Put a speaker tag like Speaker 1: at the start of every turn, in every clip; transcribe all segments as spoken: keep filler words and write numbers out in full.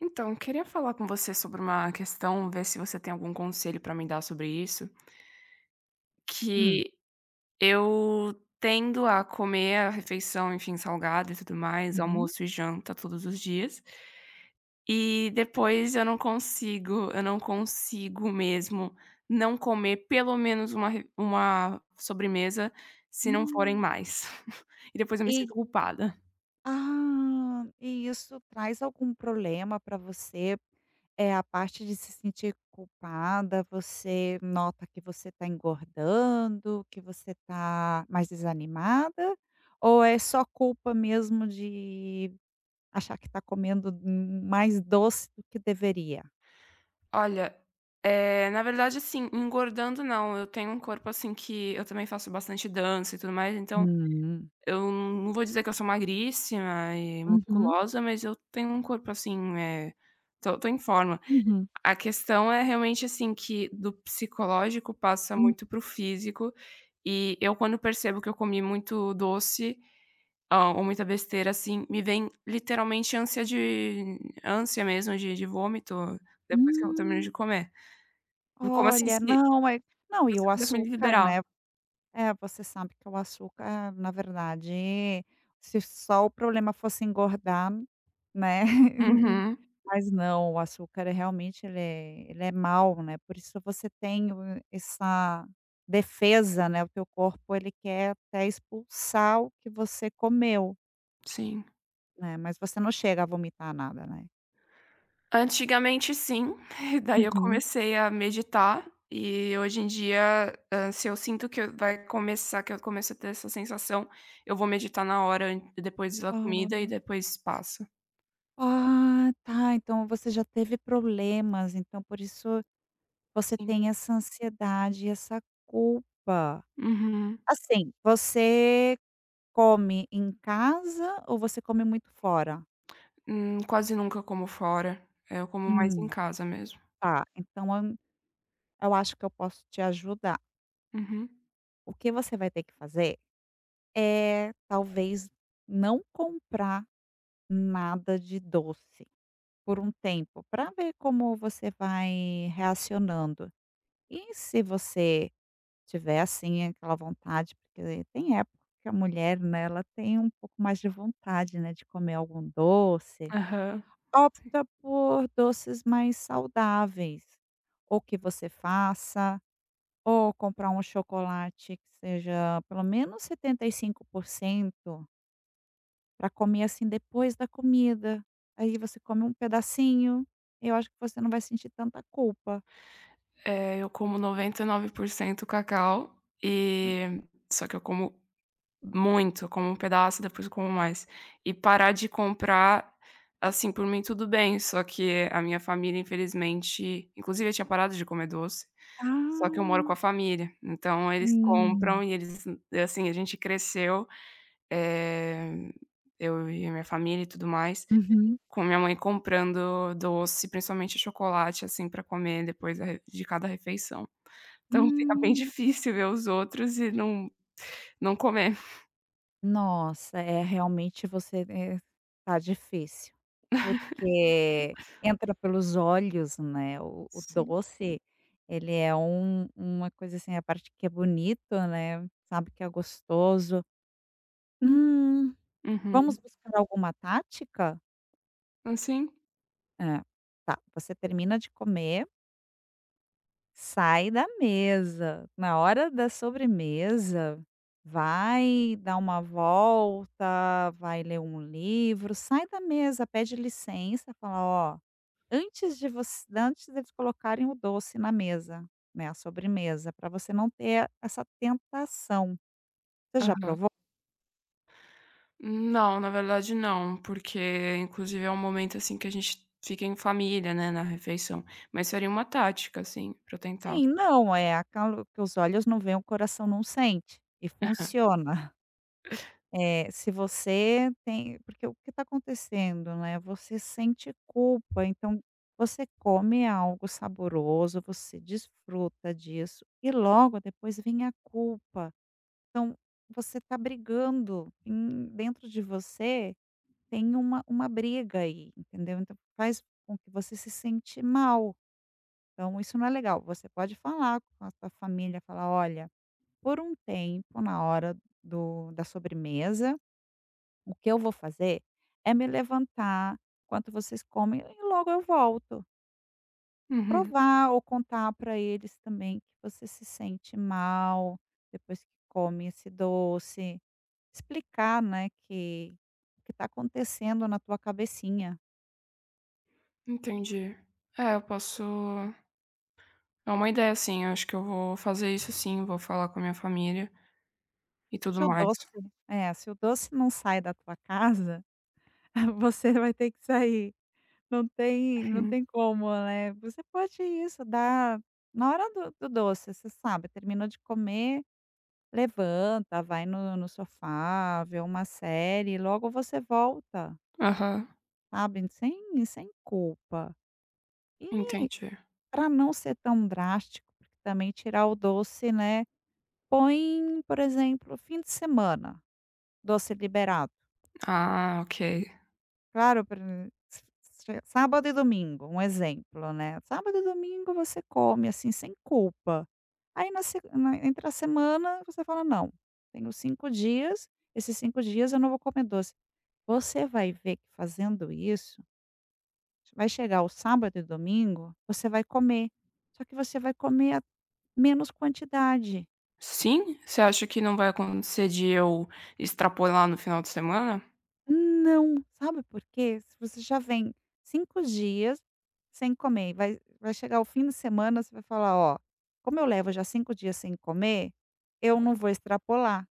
Speaker 1: Então, queria falar com você sobre uma questão, ver se você tem algum conselho pra me dar sobre isso,
Speaker 2: Hum.
Speaker 1: que eu tendo a comer a refeição, enfim, salgada e tudo mais,
Speaker 2: Uhum.
Speaker 1: almoço e janta todos os dias, e depois eu não consigo, eu não consigo mesmo não comer pelo menos uma re uma sobremesa, se não forem
Speaker 2: Hum.
Speaker 1: mais. E depois eu me
Speaker 2: E
Speaker 1: sinto culpada.
Speaker 2: ah, e isso traz algum problema para você? É a parte de se sentir culpada, você nota que você está engordando, que você está mais desanimada? Ou é só culpa mesmo de achar que está comendo mais doce do que deveria?
Speaker 1: Olha, eh, na verdade, assim, engordando não, eu tenho um corpo, assim, que eu também faço bastante dança e tudo mais, então
Speaker 2: Hum.
Speaker 1: eu não vou dizer que eu sou magríssima e
Speaker 2: Uhum.
Speaker 1: musculosa, mas eu tenho um corpo, assim, eh, tô tô em forma.
Speaker 2: Uhum.
Speaker 1: A questão é realmente, assim, que do psicológico passa
Speaker 2: Hum.
Speaker 1: muito pro físico e eu, quando percebo que eu comi muito doce, hã, ou muita besteira, assim, me vem literalmente ânsia de ânsia mesmo de de vômito depois que eu termino de
Speaker 2: Hum.
Speaker 1: comer. Como assim,
Speaker 2: Olha,
Speaker 1: se
Speaker 2: não, é não, e
Speaker 1: você
Speaker 2: o
Speaker 1: quisesse me
Speaker 2: açúcar,
Speaker 1: liberar?
Speaker 2: né? É, você sabe que o açúcar, na verdade, se só o problema fosse engordar, né.
Speaker 1: Uhum,
Speaker 2: Mas não, o açúcar é realmente ele é ele é mau, né, por isso você tem o essa defesa, né, o teu corpo ele quer até expulsar o que você comeu,
Speaker 1: sim.
Speaker 2: né, mas você não chega a vomitar nada, né.
Speaker 1: Antigamente sim, daí eu
Speaker 2: Uhum.
Speaker 1: comecei a meditar e hoje em dia, hã, se eu sinto que eu vai começar que eu começo a ter essa sensação, eu vou meditar na hora an depois da comida e
Speaker 2: Ah,
Speaker 1: depois passa.
Speaker 2: ah, tá, então você já teve problemas, então por isso, você
Speaker 1: Sim.
Speaker 2: tem essa ansiedade, essa culpa.
Speaker 1: Uhum.
Speaker 2: Assim, você come em casa ou você come muito fora?
Speaker 1: Hum, quase nunca como fora, eh, eu como mais em
Speaker 2: Hum,
Speaker 1: casa mesmo.
Speaker 2: tá, então eu eu acho que eu posso te ajudar.
Speaker 1: Uhum.
Speaker 2: O que você vai ter que fazer é talvez não comprar nada de doce por um tempo, para ver como você vai reacionando. E se você tiver, assim, aquela vontade, porque tem época que a mulher, né, ela tem um pouco mais de vontade, né, de comer algum doce,
Speaker 1: Aham.
Speaker 2: opta por doces mais saudáveis, ou que você faça, ou comprar um chocolate que seja pelo menos setenta e cinco por cento para comer, assim, depois da comida. Aí você come um pedacinho, eu acho que você não vai sentir tanta culpa.
Speaker 1: Eh, eu como noventa e nove por cento cacau,
Speaker 2: Hum.
Speaker 1: e só que eu como muito, eu como um pedaço, depois eu como mais. E parar de comprar, assim, por mim tudo bem, só que a minha família, infelizmente, inclusive eu tinha parado de comer doce, só que eu moro com
Speaker 2: Ah,
Speaker 1: a família, então eles compram
Speaker 2: hum.
Speaker 1: e eles, assim, a gente cresceu, eh, eu e a minha família e tudo mais,
Speaker 2: Uhum.
Speaker 1: com minha mãe comprando doce, principalmente chocolate, assim, pra comer depois da re de cada refeição. Então fica bem
Speaker 2: Hum.
Speaker 1: difícil ver os outros e não não comer.
Speaker 2: Nossa, é realmente você eh, tá difícil, porque entra pelos olhos, né, o o
Speaker 1: Sim.
Speaker 2: doce, ele é um uma coisa assim, a parte que é bonito, né, sabe que é gostoso. "Hum,
Speaker 1: Uhum.
Speaker 2: Vamos buscar alguma tática?"
Speaker 1: Assim.
Speaker 2: É, tá, você termina de comer. Sai da mesa. Na hora da sobremesa, vai dar uma volta, vai ler um livro, sai da mesa, pede licença, fala: "Ó, antes de você, antes deles colocarem o doce na mesa, né, a sobremesa, para você não ter essa tentação. Você já
Speaker 1: Aham.
Speaker 2: provou?"
Speaker 1: Não, na verdade não, porque inclusive é um momento, assim, que a gente fica em família, né, na refeição, mas seria uma tática, assim, pra eu tentar.
Speaker 2: "Sim, não, é, acalma que os olhos não veem, o coração não sente", e funciona. É, se você tem porque o que está acontecendo, né, você sente culpa, então você come algo saboroso, você desfruta disso e logo depois vem a culpa. Então você está brigando em dentro de você tem uma uma briga aí, entendeu? Então faz com que você se sente mal, então isso não é legal. Você pode falar com a sua família, falar: "Olha, por um tempo na hora do da sobremesa." O que eu vou fazer é me levantar enquanto vocês comem e logo eu volto.
Speaker 1: Uhum,
Speaker 2: Provar ou contar para eles também que você se sente mal depois que come esse doce. Explicar, né, que o que está acontecendo na tua cabecinha.
Speaker 1: entendi. É, eu posso, é uma ideia, assim. Eu acho que eu vou fazer isso sim, vou falar com a minha família e tudo
Speaker 2: Se o
Speaker 1: mais.
Speaker 2: doce é, se o doce não sai da tua casa, você vai ter que sair. Não tem não
Speaker 1: Uhum.
Speaker 2: tem como, né. Você pode isso, dar na hora do do doce, você sabe, terminou de comer. Levanta, vai no no sofá, vê uma série e logo você volta,
Speaker 1: Aham,
Speaker 2: sabe, sem sem culpa. E
Speaker 1: entendi.
Speaker 2: para não ser tão drástico, porque também tirar o doce, né, põe, por exemplo, fim de semana, doce liberado.
Speaker 1: Ah, ok.
Speaker 2: Claro, por e- s s sábado e domingo, um exemplo, né. Sábado e domingo você come, assim, sem culpa. Aí na se na entre a semana você fala: "Não, tenho cinco dias, esses cinco dias eu não vou comer doce". Você vai ver que fazendo isso, vai chegar o sábado e domingo, você vai comer, só que você vai comer a menos quantidade.
Speaker 1: Sim? Você acha que não vai acontecer de eu extrapolar no final de semana?
Speaker 2: Não, sabe por quê? Se você já vem cinco dias sem comer e vai vai chegar o fim de semana, você vai falar: "Ó, como eu levo já cinco dias sem comer, eu não vou extrapolar".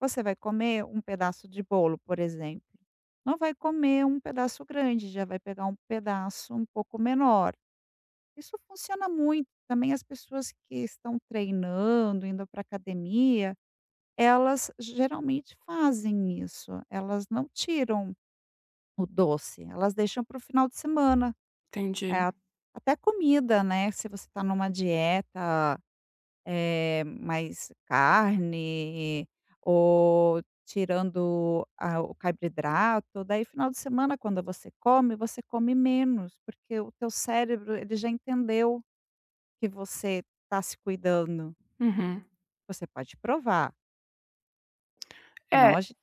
Speaker 2: Você vai comer um pedaço de bolo, por exemplo, não vai comer um pedaço grande, já vai pegar um pedaço um pouco menor. Isso funciona muito. Também as pessoas que estão treinando, indo para academia, elas geralmente fazem isso. Elas não tiram o doce, elas deixam para o final de semana. É,
Speaker 1: Entendi.
Speaker 2: a- até comida, né? Se você está numa dieta é, mais carne ou tirando a- o carboidrato, daí final de semana, quando você come, você come menos, porque o teu cérebro ele já entendeu que você tá se cuidando,
Speaker 1: Uhum.
Speaker 2: você pode provar, senão
Speaker 1: É,
Speaker 2: a gen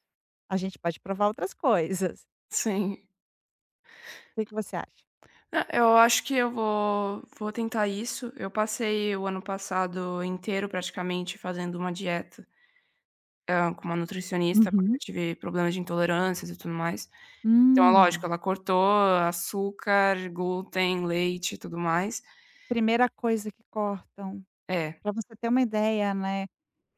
Speaker 2: a gente pode provar outras coisas.
Speaker 1: sim.
Speaker 2: O que que você acha?
Speaker 1: Ah, eu acho que eu vou vou tentar isso. Eu passei o ano passado inteiro praticamente fazendo uma dieta, hã, com uma nutricionista, porque eu
Speaker 2: Uhum.
Speaker 1: tive problemas de intolerâncias e tudo mais. Então é lógico,
Speaker 2: Hum.
Speaker 1: ela cortou açúcar, glúten, leite e tudo mais.
Speaker 2: Primeira coisa que cortam,
Speaker 1: É.
Speaker 2: para você ter uma ideia, né,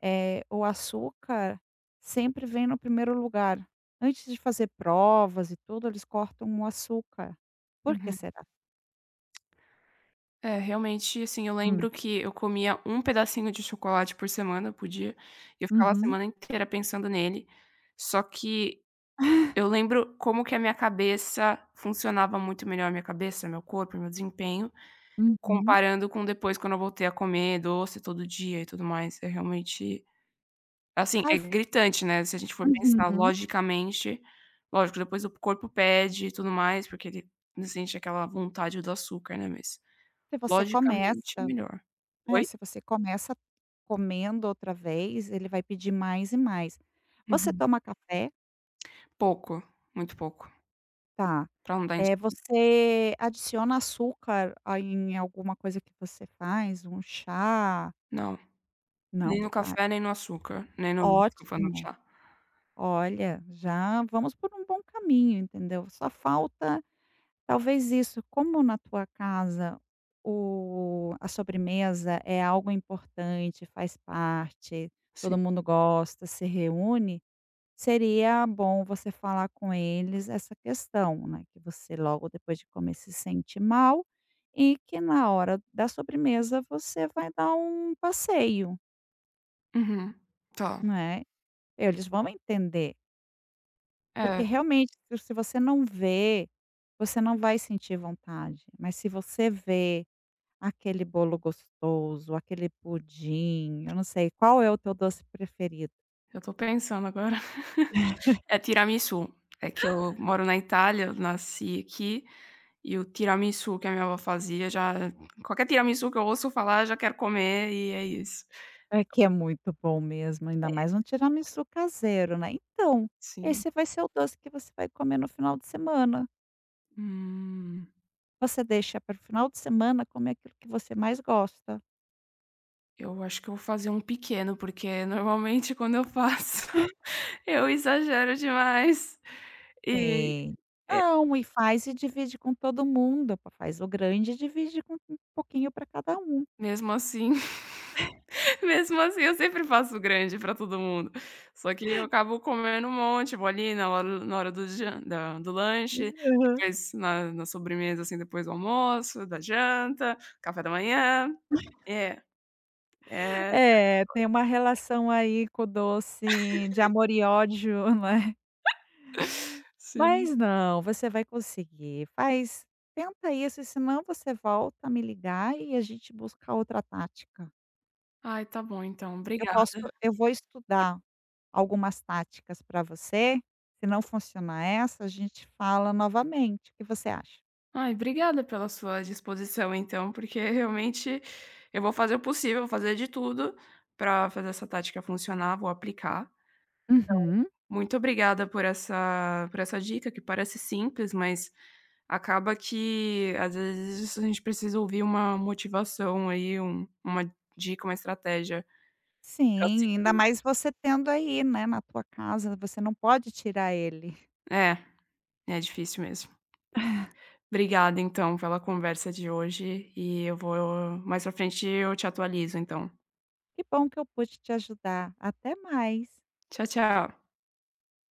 Speaker 2: eh, o açúcar sempre vem no primeiro lugar. Antes de fazer provas e tudo, eles cortam o açúcar. Por que
Speaker 1: Uhum.
Speaker 2: será?
Speaker 1: É, realmente, assim, eu
Speaker 2: Hum.
Speaker 1: lembro que eu comia um pedacinho de chocolate por semana, por dia, e eu ficava a
Speaker 2: Uhum.
Speaker 1: semana inteira pensando nele. Só que eu lembro como que a minha cabeça funcionava muito melhor, minha cabeça, meu corpo, meu desempenho,
Speaker 2: Uhum.
Speaker 1: comparando com depois, quando eu voltei a comer doce todo dia e tudo mais. É realmente, assim,
Speaker 2: Aí
Speaker 1: é
Speaker 2: f
Speaker 1: gritante, né, se a gente for pensar
Speaker 2: Uhum.
Speaker 1: logicamente. Lógico, depois o corpo pede e tudo mais, porque ele sente aquela vontade do açúcar, né, mas
Speaker 2: se você
Speaker 1: logicamente é
Speaker 2: começa
Speaker 1: melhor.
Speaker 2: É,
Speaker 1: Oi?
Speaker 2: se você começa comendo outra vez, ele vai pedir mais e mais. Você
Speaker 1: Uhum.
Speaker 2: toma café?
Speaker 1: Pouco, muito pouco,
Speaker 2: Tá.
Speaker 1: pra não dar insu
Speaker 2: é você adiciona açúcar a em alguma coisa que você faz? Um chá?
Speaker 1: não, nem
Speaker 2: Não,
Speaker 1: no
Speaker 2: tá.
Speaker 1: café, nem no açúcar, nem no, desculpa, no
Speaker 2: Ótimo.
Speaker 1: chá.
Speaker 2: Olha, já vamos por um bom caminho, entendeu. Só falta talvez isso, como na tua casa o a sobremesa é algo importante, faz parte,
Speaker 1: Sim.
Speaker 2: todo mundo gosta, se reúne. Seria bom você falar com eles essa questão, né, que você logo depois de comer se sente mal e que na hora da sobremesa você vai dar um passeio,
Speaker 1: Uhum. Tá.
Speaker 2: né. Eles vão entender,
Speaker 1: É,
Speaker 2: porque realmente se se você não vê, você não vai sentir vontade, mas se você vê aquele bolo gostoso, aquele pudim, eu não sei, qual é o teu doce preferido?
Speaker 1: eu tô pensando agora. É tiramisu. É que eu moro na Itália, eu nasci aqui, e o tiramisu que a minha avó fazia, já qualquer tiramisu que eu ouço falar, eu já quero comer, e é isso.
Speaker 2: É que é muito bom mesmo, ainda mais um tiramisu caseiro, né. Então,
Speaker 1: Sim.
Speaker 2: esse vai ser o doce que você vai comer no final de semana.
Speaker 1: Hum,
Speaker 2: Você deixa para o final de semana comer aquilo que você mais gosta.
Speaker 1: eu acho que eu vou fazer um pequeno, porque normalmente quando eu faço eu exagero demais. E
Speaker 2: Sim. Não, e faz e divide com todo mundo, pa faz o grande e divide com um pouquinho para cada um.
Speaker 1: mesmo assim. Mesmo assim, eu sempre faço grande pra todo mundo. Só que eu acabo comendo um monte, vou ali na hora na hora do jan da do lanche,
Speaker 2: Aham.
Speaker 1: depois na na sobremesa, assim, depois do almoço, da janta, café da manhã. É, é.
Speaker 2: É, tem uma relação aí com o doce de amor e ódio, né.
Speaker 1: Sim.
Speaker 2: Mas não, você vai conseguir. Faz tenta isso e senão você volta a me ligar e a gente busca outra tática.
Speaker 1: Ai, tá bom então,
Speaker 2: Eu
Speaker 1: obrigada.
Speaker 2: posso eu vou estudar algumas táticas para você, se não funcionar essa, a gente fala novamente. O que você acha?
Speaker 1: Ai, obrigada pela sua disposição então, porque realmente eu vou fazer o possível, vou fazer de tudo pra fazer essa tática funcionar, vou aplicar.
Speaker 2: Uhum.
Speaker 1: Muito obrigada por essa por essa dica, que parece simples, mas acaba que, às vezes, a gente precisa ouvir uma motivação aí, um uma dica, uma estratégia pra
Speaker 2: Sim,
Speaker 1: seguir.
Speaker 2: ainda mais você tendo aí, né, na tua casa, você não pode tirar ele.
Speaker 1: É, é difícil mesmo. Obrigada então pela conversa de hoje e eu vou mais pra frente eu te atualizo então.
Speaker 2: Que bom que eu pude te ajudar. Até mais.
Speaker 1: Tchau, tchau.